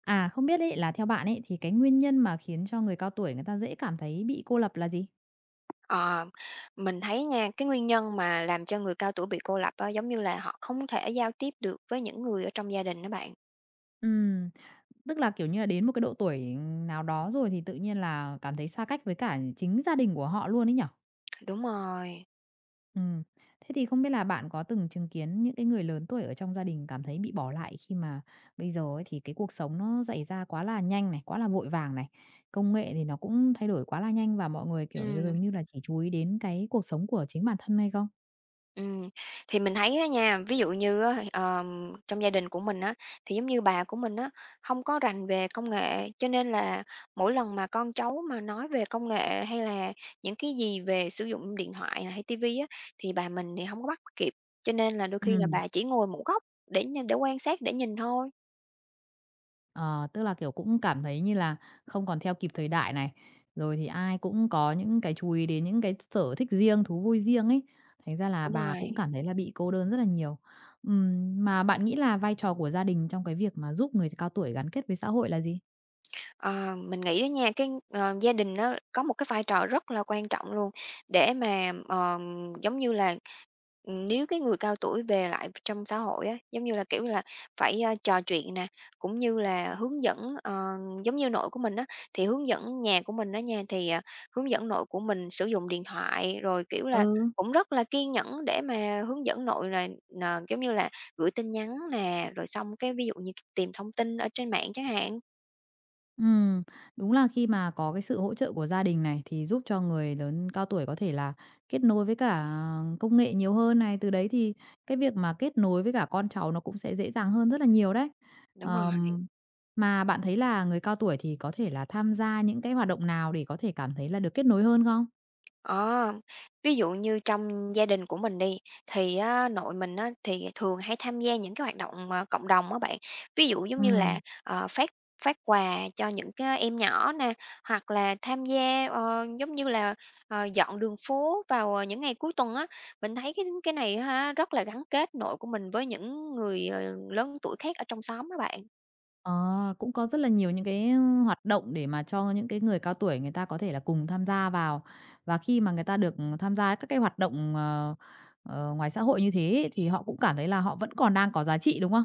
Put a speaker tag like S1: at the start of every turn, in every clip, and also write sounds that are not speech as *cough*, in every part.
S1: À, không biết ấy là theo bạn ấy thì cái nguyên nhân mà khiến cho người cao tuổi người ta dễ cảm thấy bị cô lập là gì?
S2: Ờ, mình thấy nha, cái nguyên nhân mà làm cho người cao tuổi bị cô lập á, giống như là họ không thể giao tiếp được với những người ở trong gia đình đó bạn.
S1: Ừm, tức là, kiểu như là, đến một cái độ tuổi nào đó rồi thì tự nhiên là cảm thấy xa cách với cả chính gia đình của họ luôn ấy nhở?
S2: Đúng rồi.
S1: Ừm, thế thì không biết là bạn có từng chứng kiến những cái người lớn tuổi ở trong gia đình cảm thấy bị bỏ lại khi mà bây giờ ấy thì cái cuộc sống nó xảy ra quá là nhanh này, quá là vội vàng này, công nghệ thì nó cũng thay đổi quá là nhanh và mọi người, kiểu,
S2: Ừm,
S1: dường như là chỉ chú ý đến cái cuộc sống của chính bản thân hay không?
S2: ừm. Thì mình thấy á nha, ví dụ như á, trong gia đình của mình á, thì giống như bà của mình á, không có rành về công nghệ, cho nên là mỗi lần mà con cháu mà nói về công nghệ hay là những cái gì về sử dụng điện thoại nè hay tivi á, thì bà mình thì không có bắt kịp, cho nên là đôi khi là
S1: Ừm.
S2: bà chỉ ngồi một góc để quan sát, để nhìn thôi.
S1: Ờ, tức là, kiểu, cũng cảm thấy như là không còn theo kịp thời đại này, rồi thì ai cũng có những cái chú ý đến những cái sở thích riêng, thú vui riêng ấy, thành ra là
S2: Đúng
S1: bà cũng
S2: rồi.
S1: cảm thấy là bị cô đơn rất là nhiều. Mà bạn nghĩ là vai trò của gia đình trong cái việc mà giúp người cao tuổi gắn kết với xã hội là gì?
S2: Ờ, mình nghĩ đó nha, gia đình nó có một cái vai trò rất là quan trọng luôn, để mà, giống như là, nếu cái người cao tuổi về lại trong xã hội á, giống như là, kiểu là, phải, trò chuyện nè, cũng như là hướng dẫn, giống như nội của mình á, thì hướng dẫn nhà của mình đó nha, thì, hướng dẫn nội của mình sử dụng điện thoại, rồi, kiểu là,
S1: Ừ.
S2: cũng rất là kiên nhẫn để mà hướng dẫn nội là nà, giống như là, gửi tin nhắn nè, rồi xong cái ví dụ như tìm thông tin ở trên mạng chẳng hạn.
S1: Ừm, đúng là khi mà có cái sự hỗ trợ của gia đình này thì giúp cho người lớn cao tuổi có thể là kết nối với cả công nghệ nhiều hơn này, từ đấy thì cái việc mà kết nối với cả con cháu nó cũng sẽ dễ dàng hơn rất là nhiều đấy.
S2: Đúng rồi.
S1: Ờm, mà bạn thấy là người cao tuổi thì có thể là tham gia những cái hoạt động nào để có thể cảm thấy là được kết nối hơn không?
S2: Ờ, Ví dụ như trong gia đình của mình đi, thì á, nội mình á, thì thường hay tham gia những cái hoạt động, cộng đồng á bạn. Ví dụ giống như
S1: Ừm.
S2: là, phát phát quà cho những cái em nhỏ nè, hoặc là tham gia, giống như là, dọn đường phố vào, những ngày cuối tuần á. Mình thấy cái này á rất là gắn kết nội của mình với những người, lớn tuổi khác ở trong xóm á bạn.
S1: Ờ, cũng có rất là nhiều những cái hoạt động để mà cho những cái người cao tuổi người ta có thể là cùng tham gia vào. Và khi mà người ta được tham gia các cái hoạt động, ngoài xã hội như thế ấy, thì họ cũng cảm thấy là họ vẫn còn đang có giá trị, đúng không?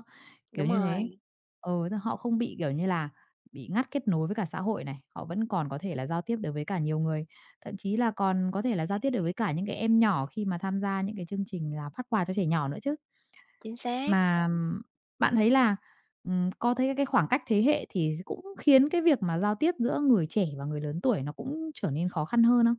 S1: Kiểu
S2: Đúng
S1: như thế.
S2: rồi,
S1: Ừ, họ không bị, kiểu như là, bị ngắt kết nối với cả xã hội này, họ vẫn còn có thể là giao tiếp được với cả nhiều người, thậm chí là còn có thể là giao tiếp được với cả những cái em nhỏ khi mà tham gia những cái chương trình là phát quà cho trẻ nhỏ nữa chứ.
S2: chính xác.
S1: Mà bạn thấy là, có thấy cái khoảng cách thế hệ thì cũng khiến cái việc mà giao tiếp giữa người trẻ và người lớn tuổi nó cũng trở nên khó khăn hơn không?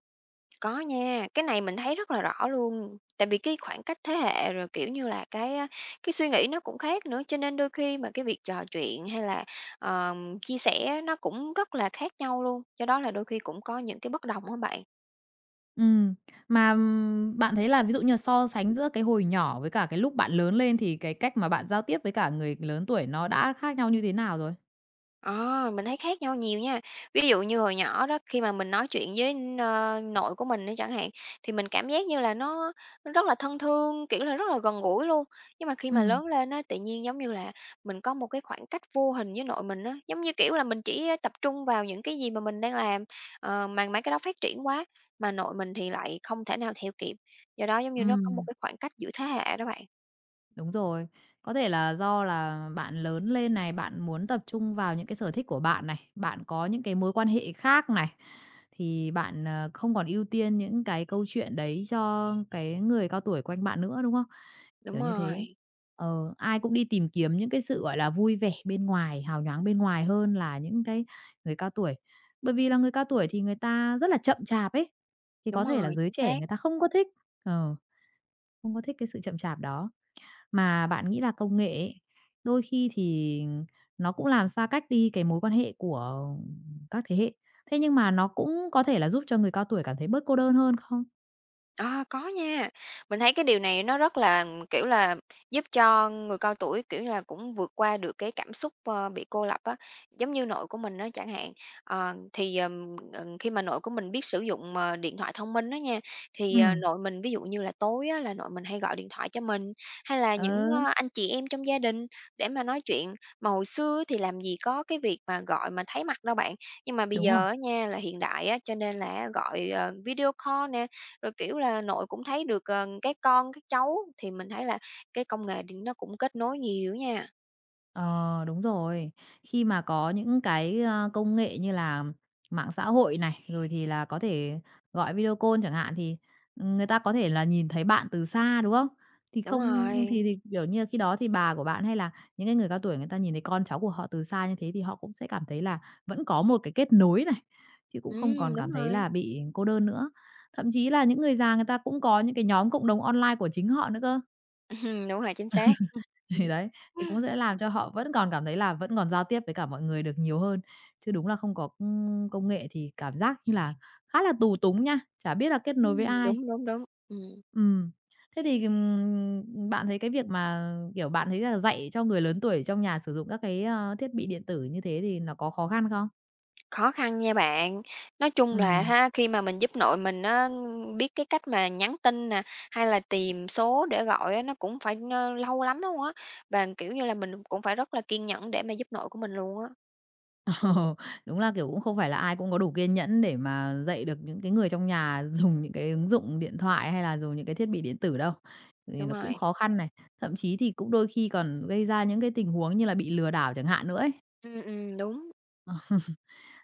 S2: Có nha, cái này mình thấy rất là rõ luôn. Tại vì cái khoảng cách thế hệ rồi, kiểu như là, cái suy nghĩ nó cũng khác nữa, cho nên đôi khi mà cái việc trò chuyện hay là, chia sẻ nó cũng rất là khác nhau luôn, do đó là đôi khi cũng có những cái bất đồng á bạn.
S1: Ừm, mà, bạn thấy là ví dụ như là so sánh giữa cái hồi nhỏ với cả cái lúc bạn lớn lên thì cái cách mà bạn giao tiếp với cả người lớn tuổi nó đã khác nhau như thế nào rồi?
S2: Ờ, mình thấy khác nhau nhiều nha. Ví dụ như hồi nhỏ đó, khi mà mình nói chuyện với, nội của mình đi chẳng hạn, thì mình cảm giác như là nó rất là thân thương, kiểu là, rất là gần gũi luôn. Nhưng mà khi
S1: Ừ,
S2: mà lớn lên á, tự nhiên, giống như là, mình có một cái khoảng cách vô hình với nội mình á, giống như, kiểu là, mình chỉ tập trung vào những cái gì mà mình đang làm, mà mấy cái đó phát triển quá, mà nội mình thì lại không thể nào theo kịp. Do đó, giống như, nó có một
S1: ừ.
S2: cái khoảng cách giữa thế hệ đó bạn.
S1: Đúng rồi. Có thể là do là bạn lớn lên này, bạn muốn tập trung vào những cái sở thích của bạn này, bạn có những cái mối quan hệ khác này, thì bạn, không còn ưu tiên những cái câu chuyện đấy cho cái người cao tuổi quanh bạn nữa, đúng không?
S2: Đúng
S1: Kiểu như thế.
S2: rồi,
S1: Ờ, ai cũng đi tìm kiếm những cái sự, gọi là, vui vẻ bên ngoài, hào nhoáng bên ngoài hơn là những cái người cao tuổi. Bởi vì là người cao tuổi thì người ta rất là chậm chạp ấy, thì
S2: đúng
S1: có thể là
S2: rồi,
S1: giới
S2: chính
S1: trẻ
S2: xác.
S1: người ta không có thích, ờ, không có thích cái sự chậm chạp đó. Mà bạn nghĩ là công nghệ ấy, đôi khi thì nó cũng làm xa cách đi cái mối quan hệ của các thế hệ, thế nhưng mà nó cũng có thể là giúp cho người cao tuổi cảm thấy bớt cô đơn hơn không?
S2: À, có nha. Mình thấy cái điều này nó rất là, kiểu là, giúp cho người cao tuổi, kiểu là, cũng vượt qua được cái cảm xúc, bị cô lập á. Giống như nội của mình đó chẳng hạn, thì, khi mà nội của mình biết sử dụng, điện thoại thông minh đó nha,
S1: Ừ,
S2: thì, nội mình ví dụ như là tối á là nội mình hay gọi điện thoại cho mình, hay là những,
S1: ừ,
S2: anh chị em trong gia đình để mà nói chuyện. Mà hồi xưa thì làm gì có cái việc mà gọi mà thấy mặt đâu bạn, nhưng mà bây
S1: đúng rồi.
S2: giờ á nha là hiện đại á, cho nên là gọi, video call nè, rồi, kiểu là, nội cũng thấy được, các con, cái cháu thì mình thấy là cái công nghệ điện nó cũng kết nối nhiều nha.
S1: Ờ, đúng rồi. Khi mà có những cái, công nghệ như là mạng xã hội này, rồi thì là có thể gọi video call chẳng hạn, thì, ừ, người ta có thể là nhìn thấy bạn từ xa, đúng không? Thì
S2: Đúng
S1: không ừ,
S2: rồi,
S1: thì, kiểu như, khi đó thì bà của bạn hay là những cái người cao tuổi người ta nhìn thấy con cháu của họ từ xa như thế thì họ cũng sẽ cảm thấy là vẫn có một cái kết nối này, chứ cũng không còn
S2: đúng
S1: cảm thấy
S2: rồi,
S1: là bị cô đơn nữa. Thậm chí là những người già người ta cũng có những cái nhóm cộng đồng online của chính họ nữa cơ.
S2: *laughs* đúng rồi, chính xác.
S1: Thì đấy, thì cũng
S2: *laughs*
S1: sẽ làm cho họ vẫn còn cảm thấy là vẫn còn giao tiếp với cả mọi người được nhiều hơn. Chứ đúng là không có, công nghệ thì cảm giác như là khá là tù túng nha, chả biết là kết nối
S2: Ừm,
S1: với ai.
S2: đúng, đúng, đúng,
S1: Ừm. Thế thì, bạn thấy cái việc mà, kiểu, bạn thấy là dạy cho người lớn tuổi trong nhà sử dụng các cái, thiết bị điện tử như thế thì nó có khó khăn không?
S2: khó khăn nha bạn. Nói chung là
S1: Ừm.
S2: ha, khi mà mình giúp nội mình á, biết cái cách mà nhắn tin nè, hay là tìm số để gọi á, nó cũng phải lâu lắm luôn á, và, kiểu như là, mình cũng phải rất là kiên nhẫn để mà giúp nội của mình luôn á.
S1: Ờ, đúng là, kiểu, cũng không phải là ai cũng có đủ kiên nhẫn để mà dạy được những cái người trong nhà *laughs* dùng những cái ứng dụng điện thoại hay là dùng những cái thiết bị điện tử đâu, thì
S2: Đúng
S1: nó cũng
S2: rồi,
S1: khó khăn này, thậm chí thì cũng đôi khi còn gây ra những cái tình huống như là bị lừa đảo chẳng hạn nữa ấy.
S2: đúng.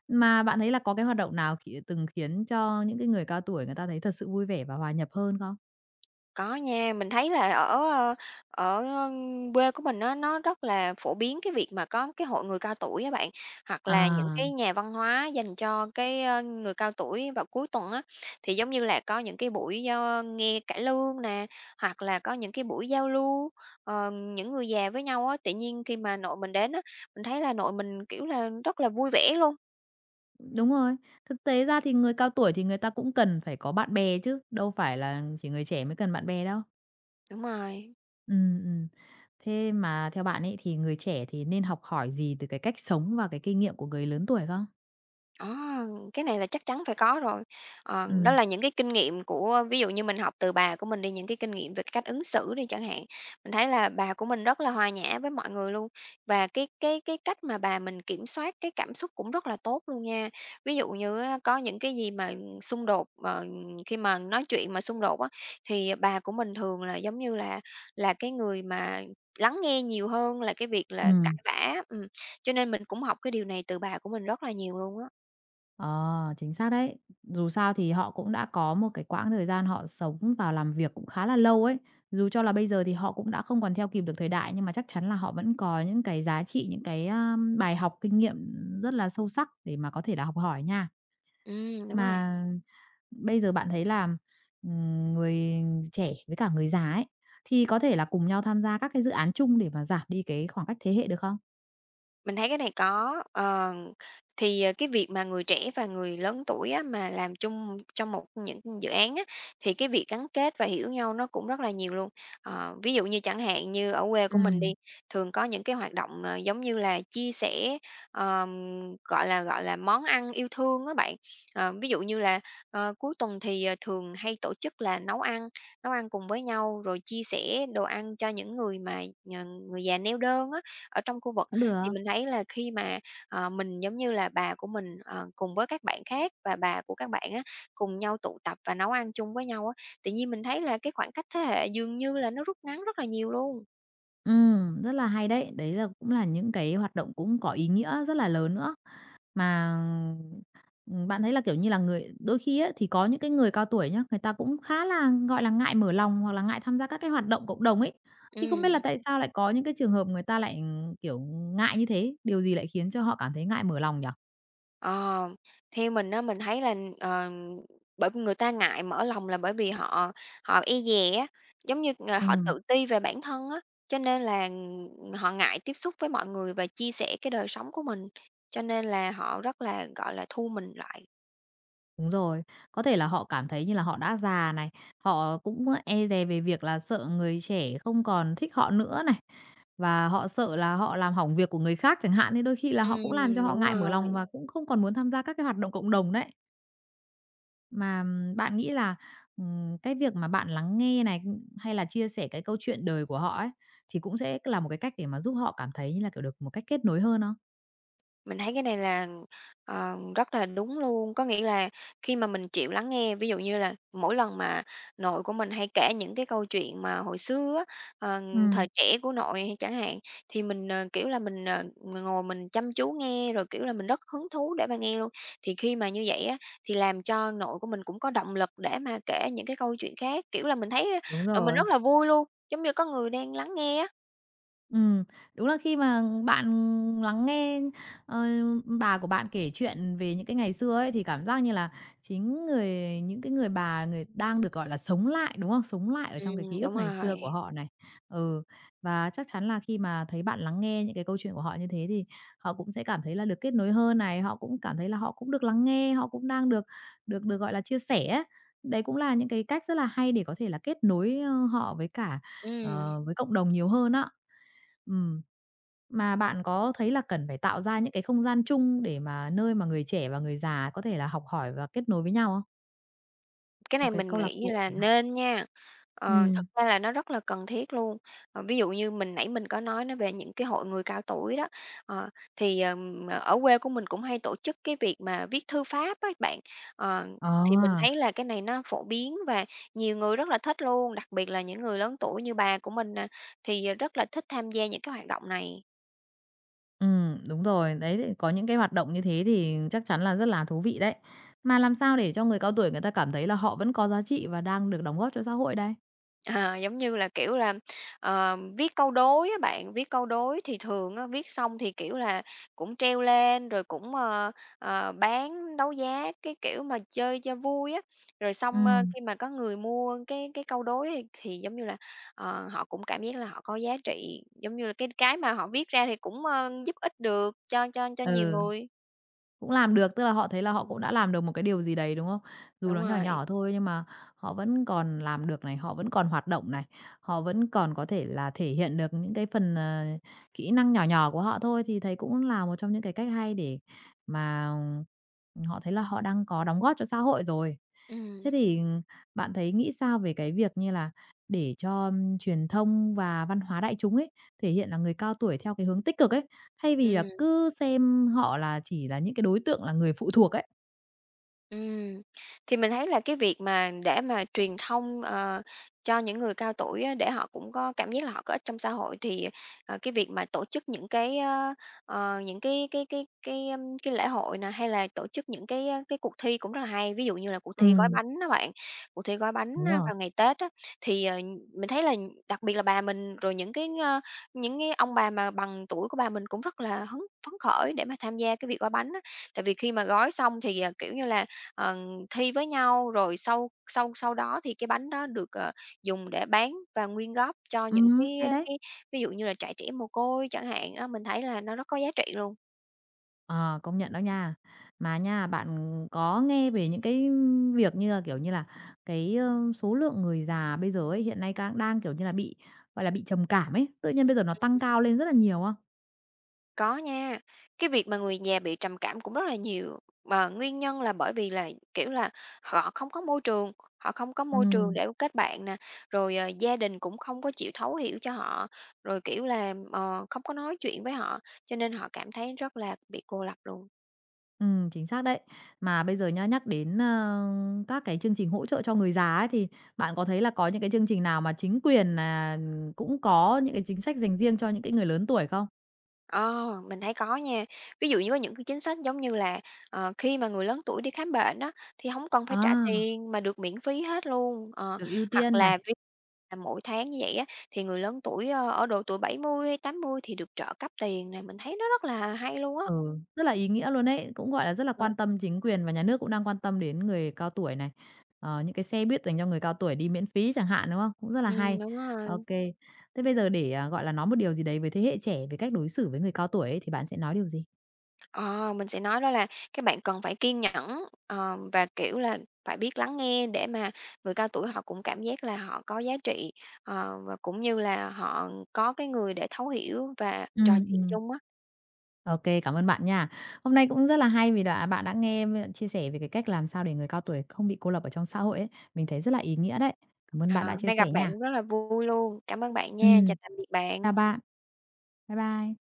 S1: Mà bạn thấy là có cái hoạt động nào khi từng khiến cho những cái người cao tuổi người ta thấy thật sự vui vẻ và hòa nhập hơn không?
S2: Có nha, mình thấy là ở quê của mình nó rất là phổ biến cái việc mà có cái hội người cao tuổi á bạn, hoặc là những
S1: À,
S2: cái nhà văn hóa dành cho cái, người cao tuổi vào cuối tuần á. Thì giống như là có những cái buổi nghe cải lương nè, hoặc là có những cái buổi giao lưu, những người già với nhau á. Tự nhiên khi mà nội mình đến á, mình thấy là nội mình, kiểu là, rất là vui vẻ luôn.
S1: đúng rồi, thực tế ra thì người cao tuổi thì người ta cũng cần phải có bạn bè chứ, đâu phải là chỉ người trẻ mới cần bạn bè đâu.
S2: Đúng rồi.
S1: Ừm, ừm. Thế mà theo bạn ấy thì người trẻ thì nên học hỏi gì từ cái cách sống và cái kinh nghiệm của người lớn tuổi không?
S2: À, cái này là chắc chắn phải có rồi. Đó
S1: Ừm,
S2: là những cái kinh nghiệm của ví dụ như mình học từ bà của mình đi, những cái kinh nghiệm về cái cách ứng xử đi chẳng hạn. Mình thấy là bà của mình rất là hòa nhã với mọi người luôn và cái cách mà bà mình kiểm soát cái cảm xúc cũng rất là tốt luôn nha. Ví dụ như á, có những cái gì mà xung đột khi mà nói chuyện mà xung đột á thì bà của mình thường là giống như là cái người mà lắng nghe nhiều hơn là cái việc là cãi
S1: ừm.
S2: vã. Ừ. Cho nên mình cũng học cái điều này từ bà của mình rất là nhiều luôn á.
S1: Ờ, chính xác đấy. Dù sao thì họ cũng đã có một cái quãng thời gian họ sống và làm việc cũng khá là lâu ấy. Dù cho là bây giờ thì họ cũng đã không còn theo kịp được thời đại nhưng mà chắc chắn là họ vẫn có những cái giá trị, những cái, bài học kinh nghiệm rất là sâu sắc để mà có thể là học hỏi nha.
S2: Ừ đúng rồi.
S1: Mà bây giờ bạn thấy là, người trẻ với cả người già ấy, thì có thể là cùng nhau tham gia các cái dự án chung để mà giảm đi cái khoảng cách thế hệ được không?
S2: Mình thấy cái này có, thì, cái việc mà người trẻ và người lớn tuổi á, mà làm chung trong một những dự án á, thì cái việc gắn kết và hiểu nhau nó cũng rất là nhiều luôn. Ví dụ như chẳng hạn như ở quê của mình
S1: Ừm.
S2: đi, thường có những cái hoạt động, giống như là chia sẻ, ờm, gọi là, món ăn yêu thương á bạn. Ví dụ như là, cuối tuần thì, thường hay tổ chức là nấu ăn cùng với nhau rồi chia sẻ đồ ăn cho những người mà, ờ, người già neo đơn á, ở trong khu vực.
S1: Cũng
S2: Thì
S1: được.
S2: mình thấy là khi mà, mình, giống như là, bà của mình, cùng với các bạn khác và bà của các bạn á, cùng nhau tụ tập và nấu ăn chung với nhau á, tự nhiên mình thấy là cái khoảng cách thế hệ dường như là nó rút ngắn rất là nhiều luôn.
S1: Rất là hay đấy. Đấy là cũng là những cái hoạt động cũng có ý nghĩa rất là lớn nữa. Mà, bạn thấy là, kiểu như là, người đôi khi á, thì có những cái người cao tuổi nhá, người ta cũng khá là, gọi là, ngại mở lòng hoặc là ngại tham gia các cái hoạt động cộng đồng ấy.
S2: Ừ.
S1: Thì không biết là tại sao lại có những cái trường hợp người ta lại, kiểu, ngại như thế? Điều gì lại khiến cho họ cảm thấy ngại mở lòng nhỉ?
S2: ờ, Theo mình á, mình thấy là, bởi vì người ta ngại mở lòng là bởi vì họ họ e dè á, giống như, họ
S1: Ừm.
S2: tự ti về bản thân á, cho nên là, họ ngại tiếp xúc với mọi người và chia sẻ cái đời sống của mình, cho nên là họ rất là, gọi là, thu mình lại.
S1: Đúng rồi, có thể là họ cảm thấy như là họ đã già này, họ cũng e dè về việc là sợ người trẻ không còn thích họ nữa này, và họ sợ là họ làm hỏng việc của người khác chẳng hạn, thế đôi khi là họ cũng làm cho họ
S2: Đúng
S1: ngại mở
S2: rồi.
S1: lòng và cũng không còn muốn tham gia các cái hoạt động cộng đồng đấy. Mà, bạn nghĩ là, cái việc mà bạn lắng nghe này, hay là chia sẻ cái câu chuyện đời của họ ấy, thì cũng sẽ là một cái cách để mà giúp họ cảm thấy như là, kiểu, được một cách kết nối hơn không?
S2: Mình thấy cái này là, rất là đúng luôn. Có nghĩa là khi mà mình chịu lắng nghe, ví dụ như là mỗi lần mà nội của mình hay kể những cái câu chuyện mà hồi xưa á, ờ, thời
S1: Ừm.
S2: trẻ của nội chẳng hạn, thì mình, kiểu là, mình, ngồi mình chăm chú nghe, rồi, kiểu là, mình rất hứng thú để mà nghe luôn. Thì khi mà như vậy á, thì làm cho nội của mình cũng có động lực để mà kể những cái câu chuyện khác, kiểu là, mình thấy
S1: Đúng
S2: nội mình
S1: rồi.
S2: rất là vui luôn, giống như có người đang lắng nghe á.
S1: Ừm, đúng là khi mà bạn lắng nghe, ờ, bà của bạn kể chuyện về những cái ngày xưa ấy, thì cảm giác như là chính người những cái người bà người đang được, gọi là, sống lại, đúng không? Sống lại ở trong cái ký
S2: Đúng
S1: ức ngày xưa
S2: rồi.
S1: của họ này. Ừ, và chắc chắn là khi mà thấy bạn lắng nghe những cái câu chuyện của họ như thế thì họ cũng sẽ cảm thấy là được kết nối hơn này, họ cũng cảm thấy là họ cũng được lắng nghe, họ cũng đang được được được, gọi là, chia sẻ á. Đấy cũng là những cái cách rất là hay để có thể là kết nối, họ với cả,
S2: Ừm.
S1: với cộng đồng nhiều hơn á. Ừm. Mà bạn có thấy là cần phải tạo ra những cái không gian chung để mà nơi mà người trẻ và người già có thể là học hỏi và kết nối với nhau không?
S2: Cái
S1: Một
S2: này
S1: cái
S2: mình
S1: câu lạc
S2: nghĩ
S1: bộ
S2: là
S1: chẳng hạn.
S2: nên nha.
S1: Ừm.
S2: Thật ra là nó rất là cần thiết luôn. Ví dụ như mình nãy mình có nói nó về những cái hội người cao tuổi đó, ờ, thì, ở quê của mình cũng hay tổ chức cái việc mà viết thư pháp á bạn. Ờ,
S1: Ờ,
S2: thì mình thấy là cái này nó phổ biến và nhiều người rất là thích luôn, đặc biệt là những người lớn tuổi như bà của mình nè, thì rất là thích tham gia những cái hoạt động này.
S1: đúng rồi. Đấy, thì có những cái hoạt động như thế thì chắc chắn là rất là thú vị đấy. Mà làm sao để cho người cao tuổi người ta cảm thấy là họ vẫn có giá trị và đang được đóng góp cho xã hội đây?
S2: À, giống như là, kiểu là, viết câu đối á bạn, viết câu đối thì thường á, viết xong thì, kiểu là, cũng treo lên rồi cũng, bán đấu giá, cái kiểu mà chơi cho vui á. Rồi xong,
S1: Ừm,
S2: khi mà có người mua cái câu đối thì, giống như là, họ cũng cảm giác là họ có giá trị, giống như là, cái mà họ viết ra thì cũng, giúp ích được cho nhiều
S1: ừ.
S2: người.
S1: Cũng làm được, tức là họ thấy là họ cũng đã làm được một cái điều gì đấy, đúng không? Dù
S2: Đúng
S1: nó nhỏ
S2: rồi,
S1: nhỏ thôi nhưng mà họ vẫn còn làm được này, họ vẫn còn hoạt động này, họ vẫn còn có thể là thể hiện được những cái phần, kỹ năng nhỏ nhỏ của họ thôi, thì thấy cũng là một trong những cái cách hay để mà, ừ, họ thấy là họ đang có đóng góp cho xã hội rồi. Thế
S2: ừ
S1: thì bạn thấy nghĩ sao về cái việc như là để cho, truyền thông và văn hóa đại chúng ấy, thể hiện là người cao tuổi theo cái hướng tích cực ấy, thay vì là
S2: ừ
S1: cứ xem họ là chỉ là những cái đối tượng là người phụ thuộc ấy.
S2: ừm, thì mình thấy là cái việc mà để mà truyền thông, cho những người cao tuổi á, để họ cũng có cảm giác là họ có ích trong xã hội thì, cái việc mà tổ chức những cái lễ hội nè, hay là tổ chức những cái cuộc thi cũng rất là hay. Ví dụ như là cuộc thi gói
S1: Ừm.
S2: bánh á bạn, cuộc thi gói bánh
S1: Đúng
S2: á
S1: rồi.
S2: vào ngày Tết á, thì, mình thấy là đặc biệt là bà mình, rồi những cái ông bà mà bằng tuổi của bà mình cũng rất là phấn khởi để mà tham gia cái việc gói bánh á. Tại vì khi mà gói xong thì, kiểu như là ờ, thi với nhau, rồi sau sau sau đó thì cái bánh đó được, dùng để bán và nguyên góp cho những cái,
S1: Hay
S2: ơ,
S1: đấy.
S2: cái ví dụ như là trại trẻ mồ côi chẳng hạn, đó, mình thấy là nó rất có giá trị luôn.
S1: Ờ, công nhận đó nha. Mà nha, bạn có nghe về những cái việc như là, kiểu như là, cái, số lượng người già bây giờ ấy, hiện nay cang đang, kiểu như là, bị, gọi là, bị trầm cảm ấy, tự nhiên bây giờ nó tăng cao lên rất là nhiều không?
S2: Có nha, cái việc mà người già bị trầm cảm cũng rất là nhiều, mà nguyên nhân là bởi vì là, kiểu là, họ không có môi trường, họ không có môi trường
S1: Ừm.
S2: để kết bạn nè, rồi, gia đình cũng không có chịu thấu hiểu cho họ, rồi, kiểu là, không có nói chuyện với họ, cho nên họ cảm thấy rất là bị cô lập luôn.
S1: Chính xác đấy. Mà bây giờ nhá, nhắc đến, các cái chương trình hỗ trợ cho người già ấy, thì bạn có thấy là có những cái chương trình nào mà chính quyền nà cũng có những cái chính sách dành riêng cho những cái người lớn tuổi không?
S2: Ờ, mình thấy có nha. Ví dụ như có những cái chính sách giống như là, khi mà người lớn tuổi đi khám bệnh đó thì không cần phải trả
S1: À,
S2: tiền mà được miễn phí hết luôn. Ờ,
S1: được ưu
S2: Hoặc
S1: tiên
S2: là
S1: này.
S2: ví dụ là mỗi tháng như vậy á, thì người lớn tuổi, ở độ tuổi 70 hay 80 thì được trợ cấp tiền này mình thấy nó rất là hay luôn á.
S1: Ừ, rất là ý nghĩa luôn đấy cũng, gọi là, rất là
S2: Ờ,
S1: quan tâm chính quyền và nhà nước cũng đang quan tâm đến người cao tuổi này. Ờ, những cái xe buýt dành cho người cao tuổi đi miễn phí chẳng hạn, đúng không? Cũng rất là
S2: ừm,
S1: hay.
S2: đúng rồi.
S1: OK. Thế bây giờ để, à, gọi là, nói một điều gì đấy với thế hệ trẻ về cách đối xử với người cao tuổi ấy, thì bạn sẽ nói điều gì?
S2: Ờ, mình sẽ nói đó là các bạn cần phải kiên nhẫn, và, kiểu là, phải biết lắng nghe để mà người cao tuổi họ cũng cảm giác là họ có giá trị, và cũng như là họ có cái người để thấu hiểu và trò
S1: Ừm,
S2: chuyện
S1: ừm.
S2: chung á.
S1: OK, cảm ơn bạn nha. Hôm nay cũng rất là hay vì đã bạn đã nghe m chia sẻ về cái cách làm sao để người cao tuổi không bị cô lập ở trong xã hội ấy. Mình thấy rất là ý nghĩa đấy. Cảm ơn bạn
S2: Ờ,
S1: đã
S2: Hôm
S1: chia
S2: nay
S1: sẻ
S2: gặp bạn
S1: nha.
S2: cũng rất là vui luôn. Cảm ơn bạn nha, chào
S1: Ừm,
S2: tạm biệt
S1: chào
S2: bạn.
S1: bạn. Bye bye.